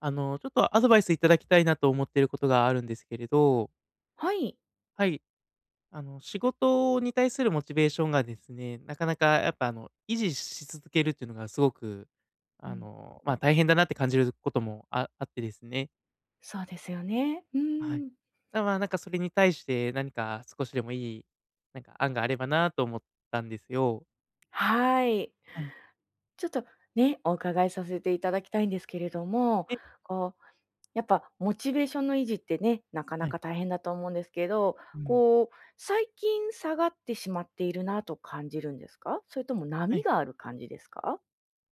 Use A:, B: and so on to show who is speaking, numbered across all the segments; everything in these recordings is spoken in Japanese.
A: ちょっとアドバイスいただきたいなと思っていることがあるんですけれど、
B: はい。
A: はい、仕事に対するモチベーションがですね、なかなかやっぱ維持し続けるっていうのがすごく、
B: うん。
A: まあ、大変だなって感じることもあってですね。
B: そうですよね。う
A: はい。
B: ん。
A: まあ、なんかそれに対して何か少しでもいい、なんか案があればなと思ったんですよ。
B: はい。
A: はい。
B: ちょっとね、お伺いさせていただきたいんですけれども、
A: え
B: こう、やっぱモチベーションの維持ってね、なか
A: は
B: な
A: い。
B: か大変だと思うんですけど、
A: うん。
B: こう、最近下がってしまっているなと感じるんですか？それとも
A: は
B: 波
A: い。
B: がある感じですか？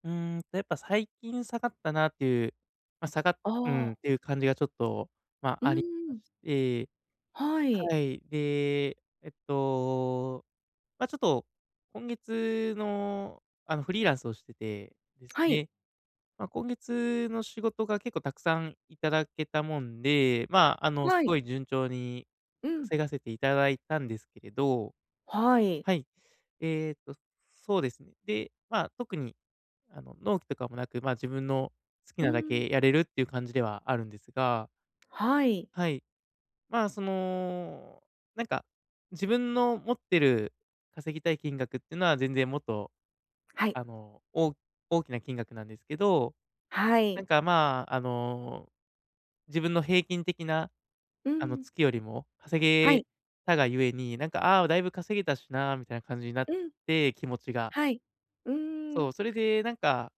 A: やっぱ最近下がったなっていう、まあ、下がっ
B: あ
A: うん、っ
B: あ、
A: ていう感じがちょっと、ま
B: う
A: あ、ありまし
B: ん、
A: て、
B: はい。
A: はい。で、えっと、まあ、ちょっと今月の、フリーランスをしててです
B: はい。
A: ね、まあ、今月の仕事が結構たくさんいただけたもんで、まあ、す
B: は
A: ご
B: い。
A: い順調に
B: うん。
A: 稼がせていただいたんですけれど、
B: はい。
A: はい。えーっと、そうですね。で、まあ、特に、納期とかもなく、まあ、自分の好き
B: う
A: なだ
B: ん。
A: けやれるっていう感じではあるんですが、
B: はい。
A: はい。まあ、その、なんか、自分の持ってる稼ぎたい金額っていうのは全然もっと、
B: はい。
A: あの、お大きな金額なんですけど、
B: は
A: なん
B: い。
A: か、まあ、自分の平均的な、
B: うん。
A: 月よりも稼
B: は
A: げ
B: い。
A: たがゆえに、なんか、ああ、だいぶ稼げたしな、みたいな感じになっ
B: うん。
A: て、気持ちが。
B: はい。うーん。
A: そう、それでなんか、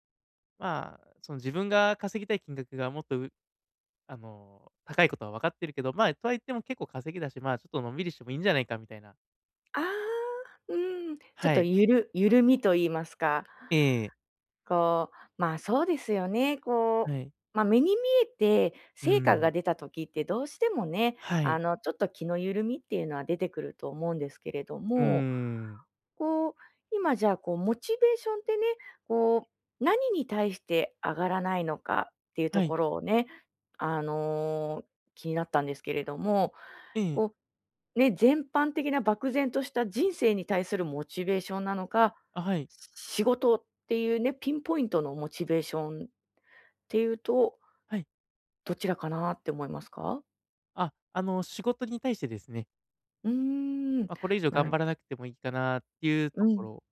A: まあ、その自分が稼ぎたい金額がもっと、高いことは分かってるけど、まあ、とはいっても結構稼ぎだし、まあ、ちょっとのんびりしてもいいんじゃないかみたいな。
B: ああ、うん。ちょっ
A: は
B: と
A: い。
B: ゆるゆるみと言いますか、
A: ええ、
B: こう、まあ、そうですよね。こ
A: はい。
B: う、ま、目に見えて
A: う
B: 成果
A: ん。
B: が出た時ってどうしてもね、
A: はい。
B: ちょっと気の緩みっていうのは出てくると思うんですけれど
A: う
B: も、
A: ん。
B: こう、今じゃあ、こう、モチベーションってね、こう、何に対して上がらないのかっていう
A: は
B: と
A: い。
B: ころをね、あの、気になったんですけれども、
A: ええ。
B: こう、ね、全般的な漠然とした人生に対するモチベーションなのか、
A: あ、はい。
B: 仕事っていうね、ピンポイントのモチベーションっていうと、
A: はい。
B: どちらかなって思いますか？
A: あ、仕事に対してですね、
B: うーん、
A: まあ、これ以上
B: な
A: 頑
B: る
A: 張らなくてもいいかなっていうと
B: う
A: こ
B: ん。
A: ろ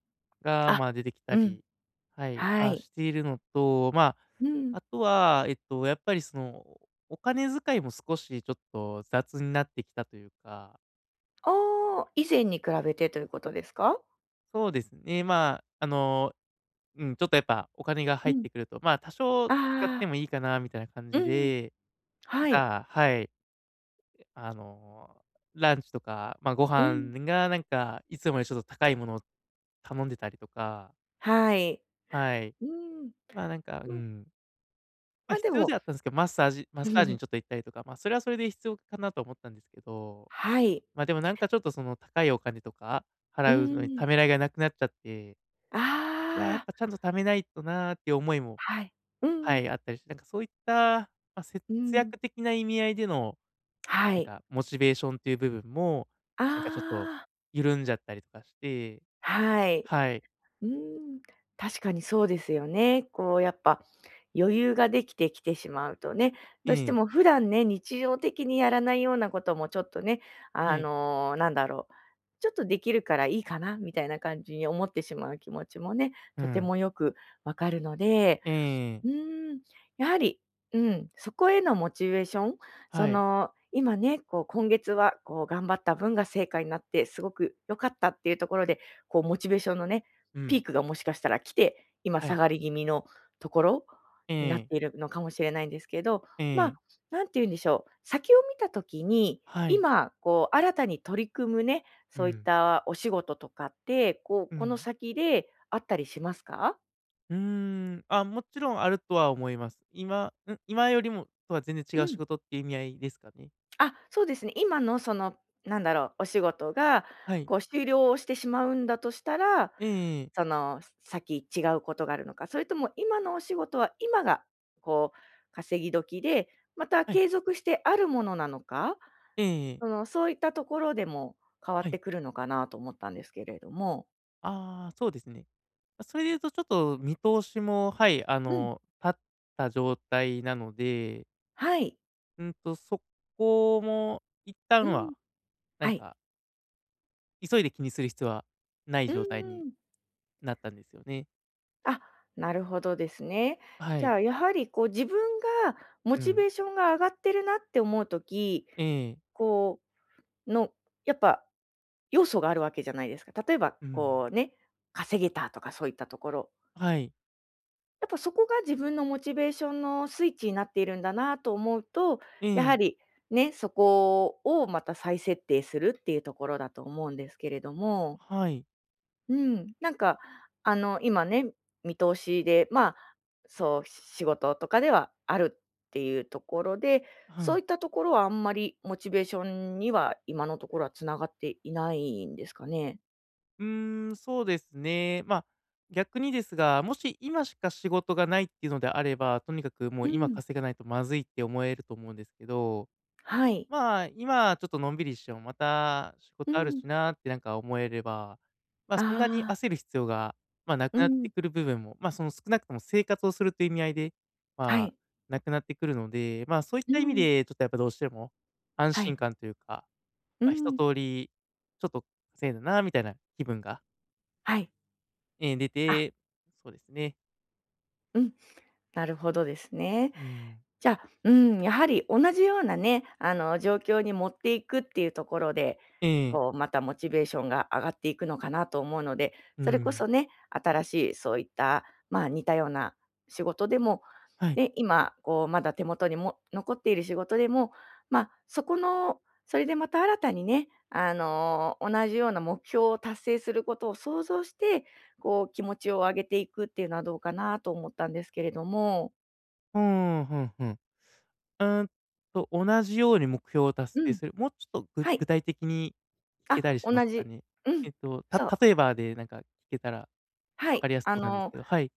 A: が、
B: あ、
A: まあ、出てきた
B: うん、
A: り、はい、
B: は
A: まあ、
B: い。
A: しているのと、まあ
B: うん。
A: あとは、やっぱりその、お金遣いも少しちょっと雑になってきたというか、
B: おー、以前に比べてということですか？
A: そうですね、まあ、うん、ちょっとやっぱお金が
B: う
A: 入っ
B: ん。
A: てくると、まあ、多少
B: あ
A: 使って
B: あ、
A: もいいかなみたいな感
B: う
A: じ
B: ん
A: で、なん
B: はい。
A: か、はい、あの、ランチとか、まあ、ご
B: うん。
A: 飯がなんか、いつもよりちょっと高いものを頼んでたりとか、
B: はい。
A: はい。
B: うん、
A: まあ、なんか、う
B: うん。
A: ん。まあ、
B: ま、で
A: 必要で
B: も
A: はあったんですけど、マッサージにちょっと 行ったりとか、まあ、それはそれで必要かなと思ったんですけど、
B: はい。
A: ま、あでもなんかちょっとその高いお金とか
B: う
A: 払うのにた
B: ん。
A: めらいがなくなっちゃって、
B: あ
A: いや、やっ
B: あ、
A: ぱちゃんと貯めないとなーっていう思いも、
B: はい。う
A: は
B: ん、
A: い、あったりして、なんかそういった、まあ、節
B: うん。
A: 約的な意味合いでの、
B: は
A: なん
B: い。
A: かモチベーションっていう部分も、
B: あ
A: なんかちょっと
B: あ、
A: 緩んじゃったりとかして、
B: はい。
A: はい、
B: うーん、確かにそうですよね。こうやっぱ余裕ができてきてしまうとね、
A: え
B: どうして
A: え、
B: も普段ね、日常的にやらないようなこともちょっとね、
A: はい、
B: なんだろう、ちょっとできるからいいかなみたいな感じに思ってしまう気持ちもね、
A: う
B: とて
A: ん、
B: もよくわかるので、
A: ええ、
B: うーん、やはり、うん、そこへのモチベーション、そ
A: はい、
B: の、今ね、こう今月はこう頑張った分が成果になって、すごく良かったっていうところで、こうモチベーションのね、
A: う
B: ピ
A: ん、
B: ークがもしかしたら来て、今
A: は
B: 下
A: い、
B: がり気味のところ
A: え
B: になっ
A: え、
B: ているのかもしれないんですけど、
A: え
B: まあ、
A: え、
B: なんて言うんでしょう、先を見た時に、
A: はい、
B: 今こう新たに取り組むね、
A: う
B: そういっ
A: ん、
B: たお仕事とかって、こう、
A: う
B: この
A: ん。
B: 先であったりしますか？
A: うーん、あ、もちろんあるとは思います。今よりもとは全然違
B: う
A: う仕
B: ん。
A: 事っていう意味合いですかね。
B: あ、そうですね。今のその、なんだろう、お仕事が、
A: はい。
B: こう終了をしてしまうんだとしたら、
A: ええ、
B: その先違うことがあるのか、それとも今のお仕事は今がこう稼ぎ時で、また
A: はい。
B: 継続してあるものなのか、
A: ええ、
B: そういったところでも変わ
A: は
B: っ
A: い。
B: てくるのかなと思ったんですけれども。
A: ああ、そうですね。まそれで言うとちょっと見通しも、はい、
B: うん、
A: 立った状態なので、
B: はい。
A: うんと、そこも一旦
B: う
A: は、
B: ん、
A: な
B: は
A: ん
B: い。
A: か、急いで気にする必要はない
B: う
A: 状態に
B: ん。
A: なったんですよね。
B: あ、なるほどですね。
A: は
B: じ
A: い。
B: ゃあ、やはりこう自分がモ
A: う
B: チ
A: ん。
B: ベーションが上がってるなって思うとき、
A: ええ。
B: こう、の、やっぱ要素があるわけじゃないですか。例えば、
A: うん。
B: こうね、稼げたとかそういったところ。
A: はい。
B: やっぱそこが自分のモチベーションのスイッチになっているんだなと思うと、
A: え
B: や
A: え。
B: はりね、そこをまた再設定するっていうところだと思うんですけれども。
A: はい。
B: うん、なんか、今ね、見通しで、まあ、そう、仕事とかではあるっていうところで、
A: は
B: そ
A: い。
B: ういったところはあんまりモチベーションには今のところはつながっていないんですかね？
A: うーん、そうですね。まあ、逆にですが、もし今しか仕事がないっていうのであれば、とにかくも
B: う
A: う今
B: ん、
A: 稼がないとまずいって思えると思うんですけど、
B: はい。
A: まあ、今ちょっとのんびりしてもまた仕
B: う
A: 事ある
B: ん。
A: しなってなんか思えれば、まあ、
B: あ
A: そんなに
B: あ、
A: 焦る必要が、まあ、な
B: う
A: くなって
B: ん、
A: くる部分も、まあ、その少なくとも生活をするという意味合いで、
B: は
A: まあ、
B: い。
A: なくなってくるので、まあ、そういっ
B: う
A: た意味
B: ん、
A: で、ちょっとやっぱどうしても安
B: は
A: 心
B: い。
A: 感というか、
B: う
A: まあ、一
B: ん、
A: 通り、ちょっと稼いだなみたいな気分が
B: はい。
A: ええ、出
B: あ、
A: て、そうですね。
B: うん、なるほどですね。
A: うん。
B: じゃあ、うん、やはり同じようなね、状況に持っていくっていうところで、
A: ええ。
B: こう、またモチベーションが上がっていくのかなと思うので、
A: う
B: それこ
A: ん。
B: そね、新しいそういった、まあ、似たような仕事でも、
A: はい。
B: ね、今、こう、まだ手元にも残っている仕事でも、まあ、そこのそれでまた新たにね、同じような目標を達成することを想像して、こう、気持ちを上げていくっていうのはどうかなと思ったんですけれども。
A: ふん、ふんふん。うーんと、同じように目標を達
B: う
A: 成
B: ん、
A: する。もうちょっと
B: は
A: 具
B: い。
A: 体的に聞け
B: あ、
A: たりし
B: 同
A: ますか
B: じ。
A: ね？
B: う
A: え
B: ん。
A: っと、
B: そう。
A: 例えばでなんか聞けたら
B: は
A: 分か
B: い。
A: りやすそうなんですけど、はい。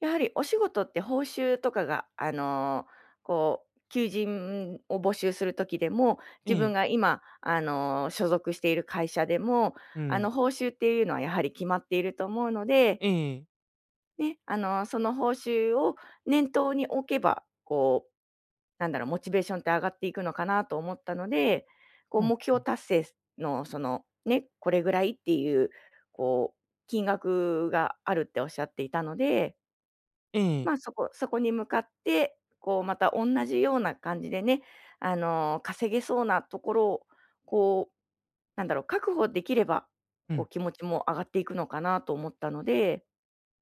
B: やはりお仕事って報酬とかが、こう、求人を募集するときでも、
A: え
B: 自分
A: え、
B: が今、所属している会社でも、
A: うん。
B: 報酬っていうのはやはり決まっていると思うので
A: ええ、
B: ね、その報酬を念頭に置けば、こう、なんだろう、モチベーションって上がっていくのかなと思ったので、こう、
A: うん、
B: 目
A: う
B: 標
A: ん。
B: 達成の、その、ね、これぐらいっていう、こう、金額があるっておっしゃっていたので、
A: ええ、
B: まあ、そこそこに向かって、こう、また同じような感じでね、稼げそうなところを、こう、なんだろう、確保できれば、
A: う
B: こ
A: ん。
B: う、気持ちも上がっていくのかなと思ったので、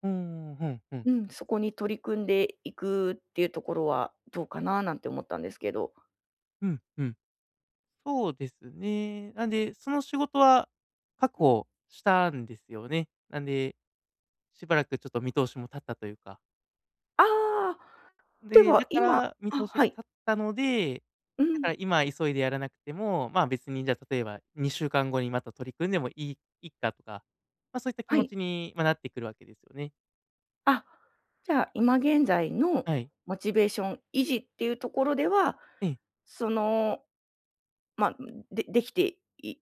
A: ふん、ふんふん。
B: うん、そこに取り組んでいくっていうところはどうかななんて思ったんですけど。
A: うん、うん。そうですね。なんで、その仕事は確
B: うん。
A: 保したんですよね。なんで、しばらくちょっと見通しも立ったというか。
B: ああ、で
A: で、だ
B: は
A: か
B: 今
A: ら、見
B: あ、
A: 通し
B: は
A: が
B: い。
A: 立ったので、
B: う
A: だか
B: ん、
A: ら今急いでやらなくても、まあ、別にじゃあ例えば2週間後にまた取り組んでもいいいっかとか、ま、そういった気
B: は
A: 持
B: い。
A: ちに、ま、なってくるわけですよね。
B: あ、じゃあ今現在の
A: はい。
B: モチベーション維持っていうところでは、
A: ええ、
B: その、ま、でできてい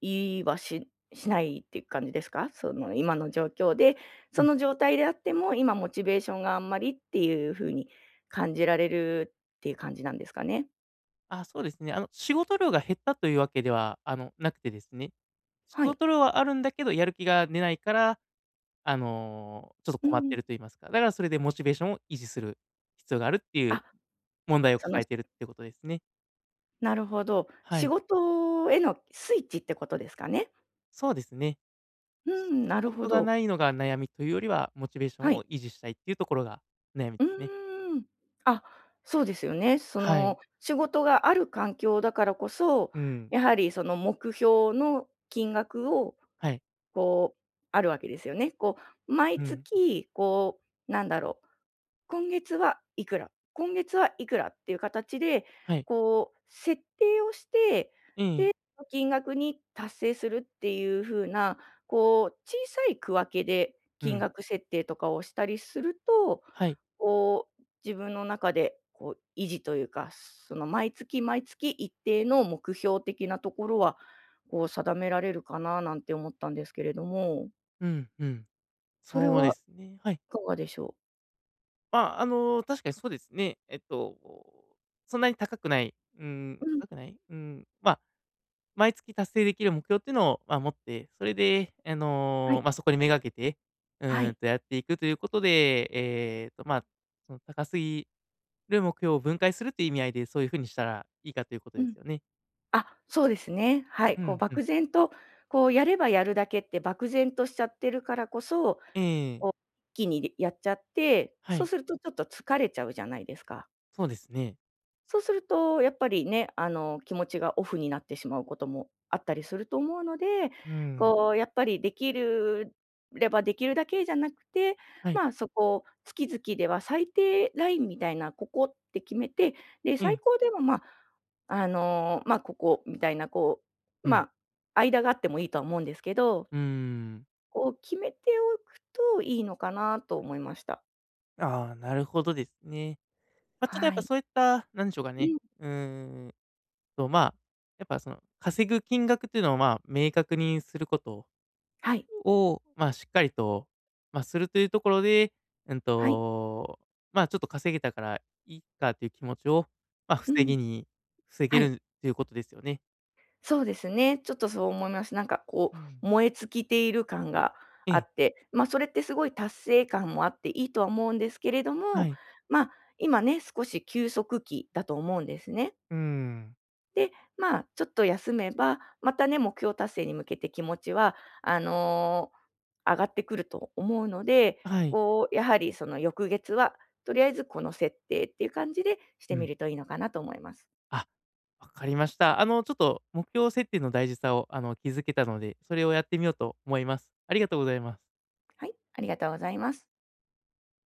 B: いいはししないっていう感じですか？その今の状況で、
A: う
B: そ
A: ん。
B: の状態であっても、今モチベーションがあんまりっていう風に感じられるっていう感じなんですかね？
A: あ、そうですね。仕事量が減ったというわけでは、なくてですね、仕
B: はい。
A: 事量はあるんだけど、やる気が出ないから、ちょっと
B: う
A: 困っ
B: んう
A: て
B: ん。
A: ると言いますか、だからそれでモチベーションを維持する必要があるっていう
B: あ、
A: 問題を
B: その、
A: 抱えてるってことですね。
B: なるほど。
A: は
B: 仕
A: い。
B: 事へのスイッチってことですかね。
A: そうですね。
B: う
A: 仕
B: ん、なるほ
A: 事が
B: ど。
A: ないのが悩みというよりは、モチベーション
B: は
A: を
B: い。
A: 維持したいっていうところが悩みで
B: う
A: すね。
B: ーん。あ、そうですよね。そ
A: はい。
B: の、仕事がある環境だからこそ、
A: うん。
B: やはりその目標の金額を、
A: はい。
B: こう、あるわけですよね。こう、毎
A: うん。
B: 月、こう、なんだろう、今月はいくら、今月はいくらっていう形で、
A: はい。
B: こう、設定をして
A: ええ。
B: の金額に達成するっていう風な、こう、小さい区分けで
A: う
B: 金
A: ん。
B: 額設定とかをしたりすると、
A: はい。
B: こう、自分の中で、こう、維持というか、その、毎月毎月一定の目標的なところは、こう、定められるかななんて思ったんですけれども、
A: うん、うん。
B: それ
A: そうで
B: は
A: すね。はい。
B: いかがでしょう？
A: まあ、確かにそうですね。えっと、そんなに高くない、うー
B: う
A: ん、
B: ん、
A: 高くない、うん、まあ、毎月達成できる目標っていうのを、まあ、持って、それで、
B: はい、
A: まあ、そこに目がけて、う
B: は
A: ーん
B: い、
A: とやっていくということで、えっと、まあ、その高すぎる目標を分解するっていう意味合いで、そういう風にしたらいいかということ
B: う
A: で
B: ん。
A: すよね。
B: あ、そうですね。は
A: う
B: い、こう、
A: んうん。
B: 漠然と、こう、やればやるだけって漠然としちゃってるからこそ、
A: ええ、
B: を一気にやっちゃって、
A: は
B: そう
A: い。
B: するとちょっと疲れちゃうじゃないですか。
A: そうですね。
B: そうするとやっぱりね、気持ちがオフになってしまうこともあったりすると思うので、
A: うん。
B: こう、やっぱりできるればできるだけじゃなくて、
A: はい。
B: まあ、そこ、月々では最低ラインみたいな、ここって決めて、で、
A: え
B: 最
A: え。
B: 高でも、まあ、まあ、ここみたいな、こう、
A: う
B: ま
A: ん。
B: あ、間があってもいいとは思うんですけど、
A: うーん。
B: こう決めておくといいのかなと思いました。
A: ああ、なるほどですね。ま、ちょっとやっ
B: は
A: ぱ
B: い。
A: そういった、なんでしょうか
B: う
A: ね、
B: ん。
A: うーんと、まあ、やっぱその、稼ぐ金額っていうのを、まあ、明確にすること
B: はい。
A: を、まあ、しっかりと、まあ、するというところで、うん
B: はい。
A: と、まあ、ちょっと稼げたからいいかという気持ちを、まあ、
B: う
A: 防
B: ん。
A: ぎに防げ
B: はい。
A: るということですよね。
B: そうですね。ちょっとそう思います。なんかこ
A: うん。
B: う、燃え尽きている感が
A: え
B: あ
A: え、
B: って、ま、それってすごい達成感もあっていいとは思うんですけれど
A: は
B: も、
A: い。
B: ま、今ね、少し休息期だと思うんですね。
A: うん。
B: で、まあ、ちょっと休めば、またね、目標達成に向けて気持ちは、あの、上がってくると思うので、
A: はい。
B: こう、やはりその翌月は、とりあえずこの設定っていう感じでし
A: う
B: てみ
A: ん。
B: るといいのかなと思います。
A: あ、わかりました。ちょっと目標設定の大事さを、気づけたので、それをやってみようと思います。ありがとうございます。
B: はい、ありがとうございます。